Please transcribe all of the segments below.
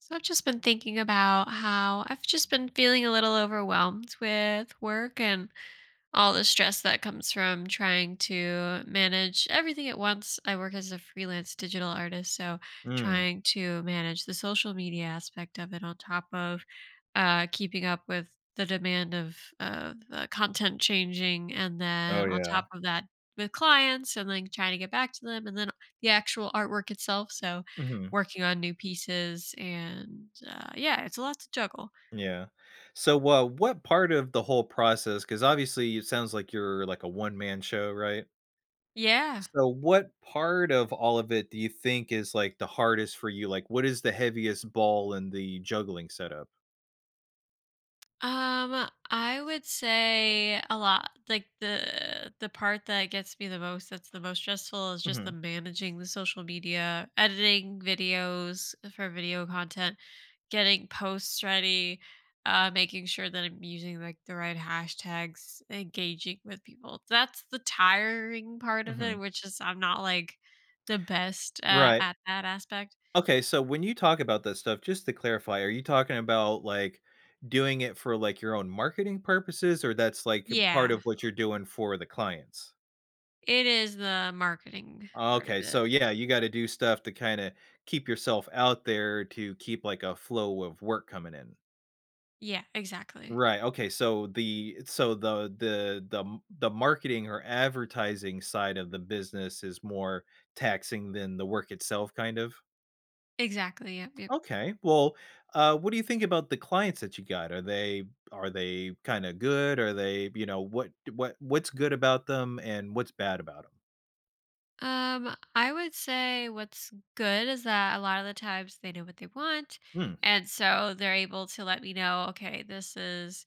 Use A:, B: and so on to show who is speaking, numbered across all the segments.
A: So I've just been thinking about how I've just been feeling a little overwhelmed with work and all the stress that comes from trying to manage everything at once. I work as a freelance digital artist, so
B: Mm.
A: trying to manage the social media aspect of it on top of keeping up with the demand of the content changing, and
B: Oh,
A: then on
B: yeah.
A: top of that with clients, and then trying to get back to them, and then the actual artwork itself. So
B: Mhm.
A: working on new pieces, and yeah, it's a lot to juggle.
B: Yeah. So, what part of the whole process? Because obviously it sounds like you're like a one-man show, right?
A: Yeah.
B: So, what part of all of it do you think is, like, the hardest for you? Like, what is the heaviest ball in the juggling setup?
A: I would say a lot. Like the part that gets me the most, that's the most stressful, is just the
B: Mhm.
A: managing the social media, editing videos for video content, getting posts ready, making sure that I'm using like the right hashtags, engaging with people. That's the tiring part of it,
B: Mhm.
A: which is I'm not like the best
B: Right.
A: at that aspect.
B: Okay, so when you talk about that stuff, just to clarify, are you talking about, like, doing it for, like, your own marketing purposes, or that's, like, part
A: Yeah,
B: of what you're doing for the clients?
A: it is the marketing part of
B: Okay,
A: it.
B: so yeah, you gotta do stuff to kinda keep yourself out there to keep, like, a flow of work coming in.
A: Yeah, exactly.
B: Right, okay, so the marketing or advertising side of the business is more taxing than the work itself, kind of?
A: Exactly. Yep. Yep.
B: Okay, well, what do you think about the clients that you got? Are they kinda good? Are they you know, what's good about them and what's bad about
A: I would say what's good is that a lot of the times they know what they want.
B: them?
A: And so they're able to let me know, okay, this is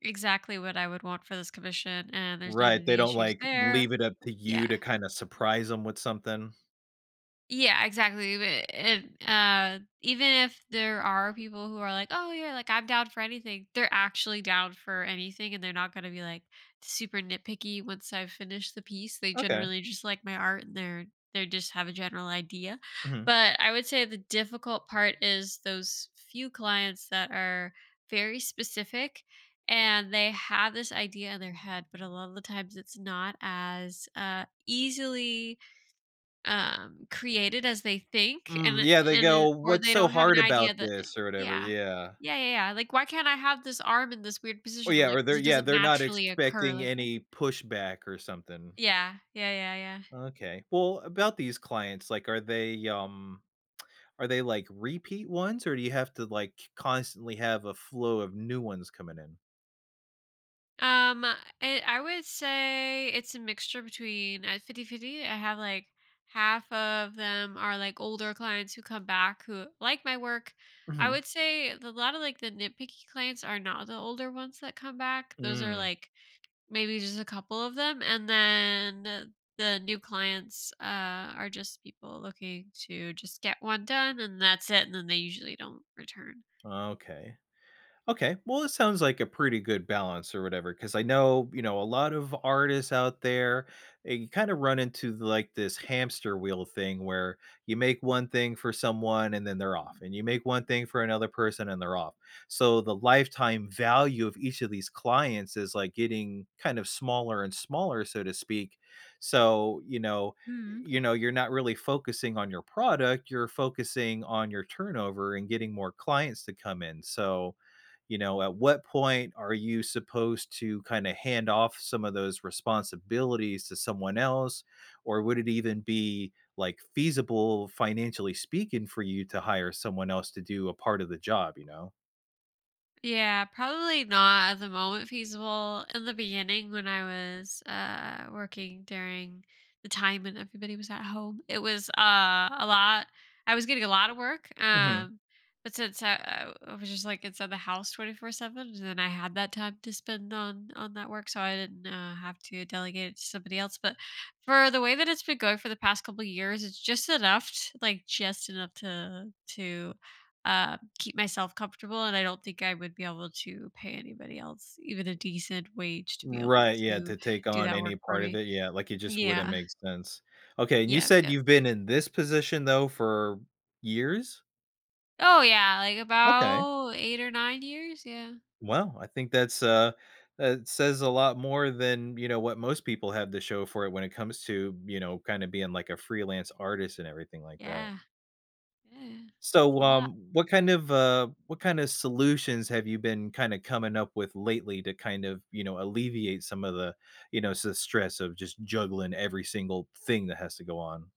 A: exactly what I would want for this commission, and there's not
B: Right, they
A: any
B: don't,
A: issues
B: like, leave
A: there.
B: it up to you to
A: Yeah.
B: kinda surprise them with something.
A: Yeah, exactly. But even if there are people who are like, "Oh yeah, like I'm down for anything," they're actually down for anything, and they're not gonna be like super nitpicky once I've finished the piece. They
B: Okay.
A: generally just like my art, and they just have a general idea.
B: Mhm.
A: But I would say the difficult part is those few clients that are very specific, and they have this idea in their head, but a lot of the times it's not as easily created as they think
B: Mm,
A: and it
B: yeah, they
A: and
B: go,
A: it or
B: "What's
A: they
B: so
A: don't have an
B: hard
A: idea
B: about
A: that
B: this?" or whatever,
A: yeah.
B: yeah.
A: Yeah, yeah, yeah, like, "Why can't I have this arm in this weird
B: Oh,
A: position?" I'm
B: yeah,
A: like,
B: or they're
A: "'Cause it
B: yeah,
A: doesn't
B: they're not
A: naturally occur
B: expecting
A: like that."
B: any pushback or something.
A: Yeah. Yeah, yeah,
B: Okay. Well, about these clients, like, are they, like, repeat ones, or do you have to, like, constantly have a flow of new ones coming in?
A: yeah. It I would say it's a mixture between at fifty fifty. I have, like, half of them are, like, older clients who come back who like my work. I
B: Mhm.
A: would say the a lot of, like, the nitpicky clients are not the older ones that come back. Those are,
B: Mm,
A: like. Maybe just a couple of them, and then the new clients, are just people looking to just get 1 done, and that's it, and then they usually don't return.
B: okay. Okay. Well, it sounds like a pretty good balance or whatever cuz I know, you know, a lot of artists out there, eh, you kind of run into the, like this hamster wheel thing where you make one thing for someone and then they're off, and you make one thing for another person and they're off. So the lifetime value of each of these clients is like getting kind of smaller and smaller, so to speak. So, you know you're not really focusing on your product, you're focusing on your turnover and getting more clients to come in. So you know, at what point are you supposed to kind of hand off some of those responsibilities to someone else, or would it even be like feasible financially speaking for you to hire someone else to do a part of the job, you know?
A: Yeah, probably not at the moment feasible. In the beginning, when I was working during the time when everybody was at home, it was a lot. I was getting a lot of work.
B: Mhm.
A: But since I was just like inside the house 24/7, then I had that time to spend on that work. So I didn't have to delegate it to somebody else. But for the way that it's been going for the past couple years, it's just enough, like just enough to keep myself comfortable, and I don't think I would be able to pay anybody else even a decent wage to be able
B: Right, yeah,
A: to
B: to take
A: do
B: on
A: that
B: any
A: work for
B: part of
A: me.
B: it, yeah, like it just wouldn't
A: Yeah.
B: make sense. Okay, and you
A: Yeah,
B: said
A: yep.
B: you've been in this position though for years?
A: Oh, yeah, like
B: Okay.
A: about 8 or 9 years? Yeah.
B: Well, I think that's that says a lot more than, you know, what most people have the show for it when it comes to, you know, kind of being like a freelance artist and everything like that.
A: Yeah. Yeah. It's
B: So,
A: a lot.
B: what kind of solutions have you been kind of coming up with lately to kind of, you know, alleviate some of the, you know, the stress of just juggling every single thing that has to go on?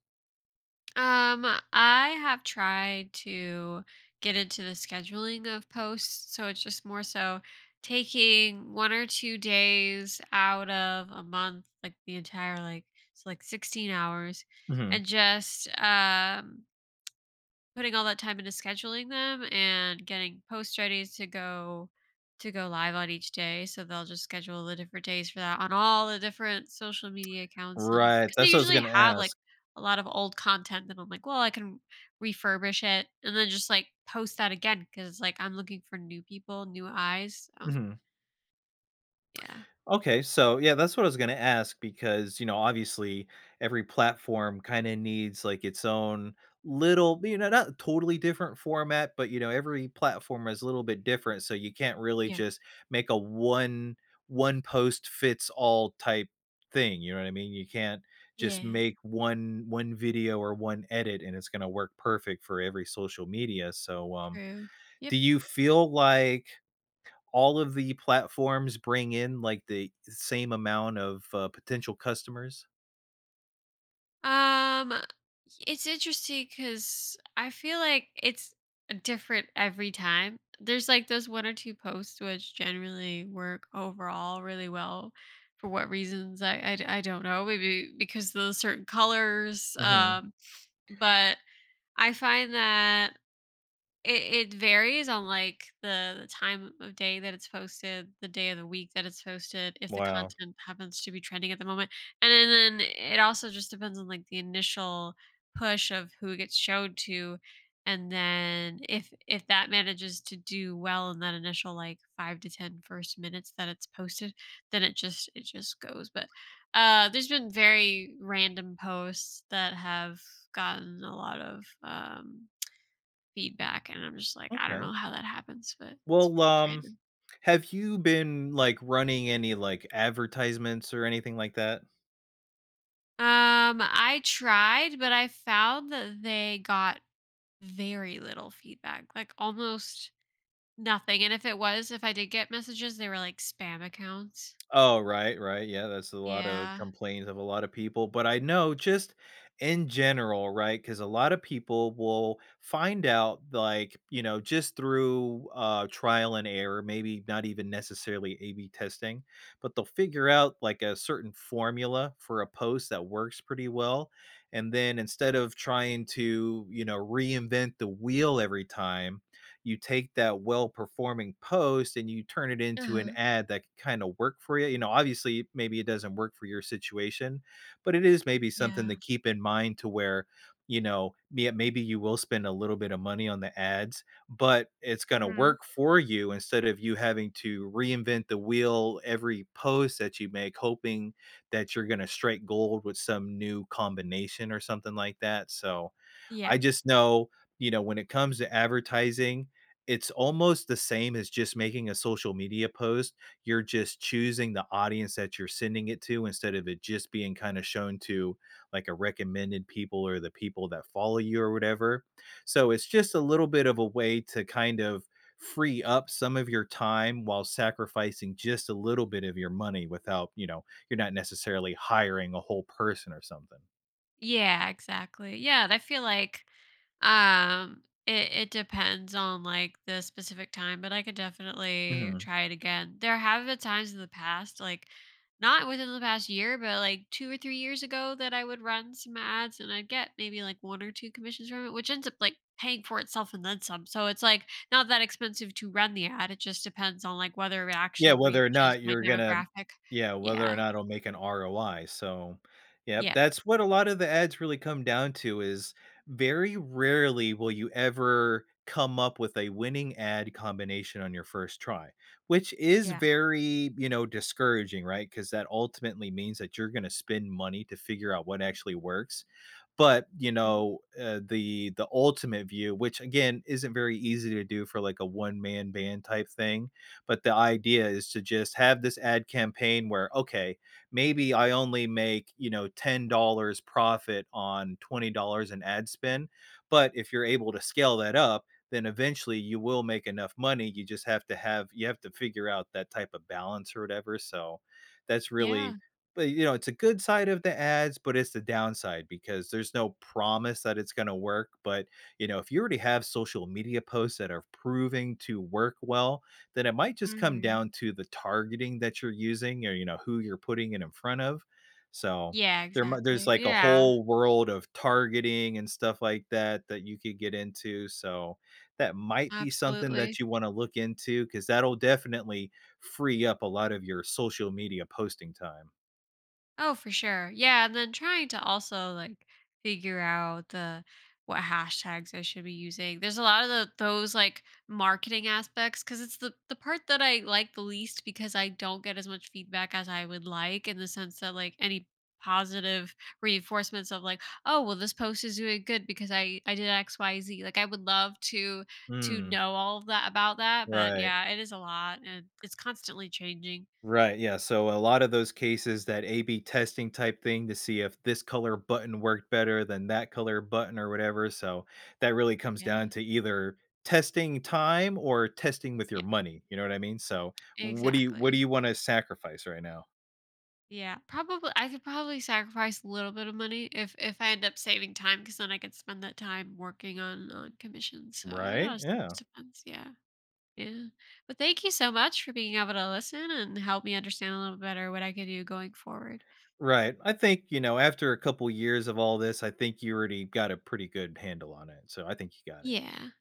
A: Um, I have tried to get into the scheduling of posts, so it's just more so taking 1 or 2 days out of a month, like the entire, like, so like 16 hours,
B: Mhm.
A: and just putting all that time into scheduling them and getting posts ready to go live on each day. So they'll just schedule the different days for that on all the different social media accounts, and
B: Right.
A: because they
B: That's what I was
A: usually
B: going to
A: have like
B: ask.
A: a lot of old content that I'm like, well, I can refurbish it and then just like post that again because it's like I'm looking for new people, new eyes. So
B: Mm-hmm.
A: yeah.
B: Okay, so yeah, that's what I was going to ask because, you know, obviously every platform kind of needs like its own little, you know, not totally different format, but you know, every platform is a little bit different, so you can't really
A: Yeah.
B: just make a one post fits all type thing, you know what I mean? You can't just
A: Yeah.
B: make one video or one edit and it's going to work perfect for every social media. So,
A: True.
B: do
A: Yep.
B: you feel like all of the platforms bring in like the same amount of potential customers?
A: Um, it's interesting because I feel like it's different every time. There's like those one or two posts which generally work overall really well. For what reasons? I don't know. Maybe because of the certain colors.
B: Mhm.
A: But I find that it varies on, like, the time of day that it's posted, the day of the week that it's posted, if the
B: Wow.
A: content happens to be trending at the moment, and then it also just depends on, like, the initial push of who it gets showed to, and then if that manages to do well in that initial, like, 5 to 10 first minutes that it's posted, then it just goes, but there's been very random posts that have gotten a lot of, feedback, and I'm just like, I don't
B: Okay.
A: know how that happens, but it's
B: Well,
A: it's random.
B: have you been like running any like advertisements or anything like that?
A: I tried, but I found that they got very little feedback, like, almost nothing, and if it was if I did get messages, they were, like, spam accounts.
B: Oh, right, right. Yeah, that's a lot of
A: Yeah.
B: complaints of a lot of people. But I know just in general, right? Because a lot of people will find out, like, you know, just through trial and error, maybe not even necessarily A B testing, but they'll figure out like a certain formula for a post that works pretty well. And then instead of trying to, you know, reinvent the wheel every time, you take that well performing post and you turn it into an
A: Uh-huh.
B: ad that could kind of work for you. You know, obviously, maybe it doesn't work for your situation, but it is maybe something
A: Yeah.
B: to keep in mind to where, you know, yeah, maybe you will spend a little bit of money on the ads, but it's going to
A: Mhm.
B: work for you instead of you having to reinvent the wheel every post that you make, hoping that you're going to strike gold with some new combination or something like that. So
A: Yeah.
B: I just know, you know, when it comes to advertising, it's almost the same as just making a social media post. You're just choosing the audience that you're sending it to instead of it just being kind of shown to like a recommended people or the people that follow you or whatever. So it's just a little bit of a way to kind of free up some of your time while sacrificing just a little bit of your money without, you know, you're not necessarily hiring a whole person or something.
A: Yeah, exactly. Yeah, and I feel like it depends on like the specific time, but I could definitely
B: Mhm.
A: try it again. There have been times in the past, like not within the past year, but like 2 or 3 years ago that I would run some ads and I'd get maybe like one or two commissions from it, which ends up like paying for itself and then some. So it's like not that expensive to run the ad. It just depends on like whether it
B: Yeah,
A: actually
B: whether or
A: reaches
B: not
A: my
B: you're gonna
A: demographic.
B: yeah, whether or
A: Yeah.
B: not it'll make an ROI, so, yep,
A: Yeah.
B: that's what a lot of the ads really come down to is very rarely will you ever come up with a winning ad combination on your first try, which is
A: Yeah.
B: very, you know, discouraging, right? Because that ultimately means that you're gonna spend money to figure out what actually works, but, you
A: Mm,
B: know, the ultimate view, which again isn't very easy to do for like a one man band type thing, but the idea is to just have this ad campaign where okay, maybe I only make, you know, $10 profit on $20 in ad spend, but if you're able to scale that up, then eventually you will make enough money. You just have to have you have to figure out that type of balance or whatever. So that's
A: yeah.
B: really but you know, it's a good side of the ads, but it's the downside because there's no promise that it's going to work. But you know, if you already have social media posts that are proving to work well, then it might just come
A: hmm
B: down to the targeting that you're using or you know who you're putting it in front of. So
A: Yeah,
B: there's
A: exactly.
B: like a
A: Yeah,
B: whole world of targeting and stuff like that that you could get into. So that might be something that
A: absolutely.
B: you want to look into because that'll definitely free up a lot of your social media posting time.
A: Oh, for sure. Yeah, and then trying to also like figure out the what hashtags I should be using. There's a lot of those like marketing aspects because it's the part that I like the least because I don't get as much feedback as I would like in the sense that like any positive reinforcements of like, oh, well, this post is doing good because I did XYZ, like I would love to
B: Mm,
A: know all of that about that, but
B: right,
A: yeah, it is a lot, and it's constantly changing.
B: right, yeah, so a lot of those cases, that A/B testing type thing to see if this color button worked better than that color button or whatever, so that really comes down
A: Yeah.
B: to either testing time or testing with your
A: Yeah,
B: money, you know what I mean? So, what do
A: exactly.
B: you wanna sacrifice right now?
A: Yeah, probably I could probably sacrifice a little bit of money if I end up saving time because then I could spend that time working on commissions. So it
B: Right,
A: honestly
B: yeah,
A: just depends. Yeah. Yeah. But thank you so much for being able to listen and help me understand a little better what I could do going forward.
B: right, I think, you know, after a couple years of all this, I think you already got a pretty good handle on it, so I think you got it.
A: Yeah.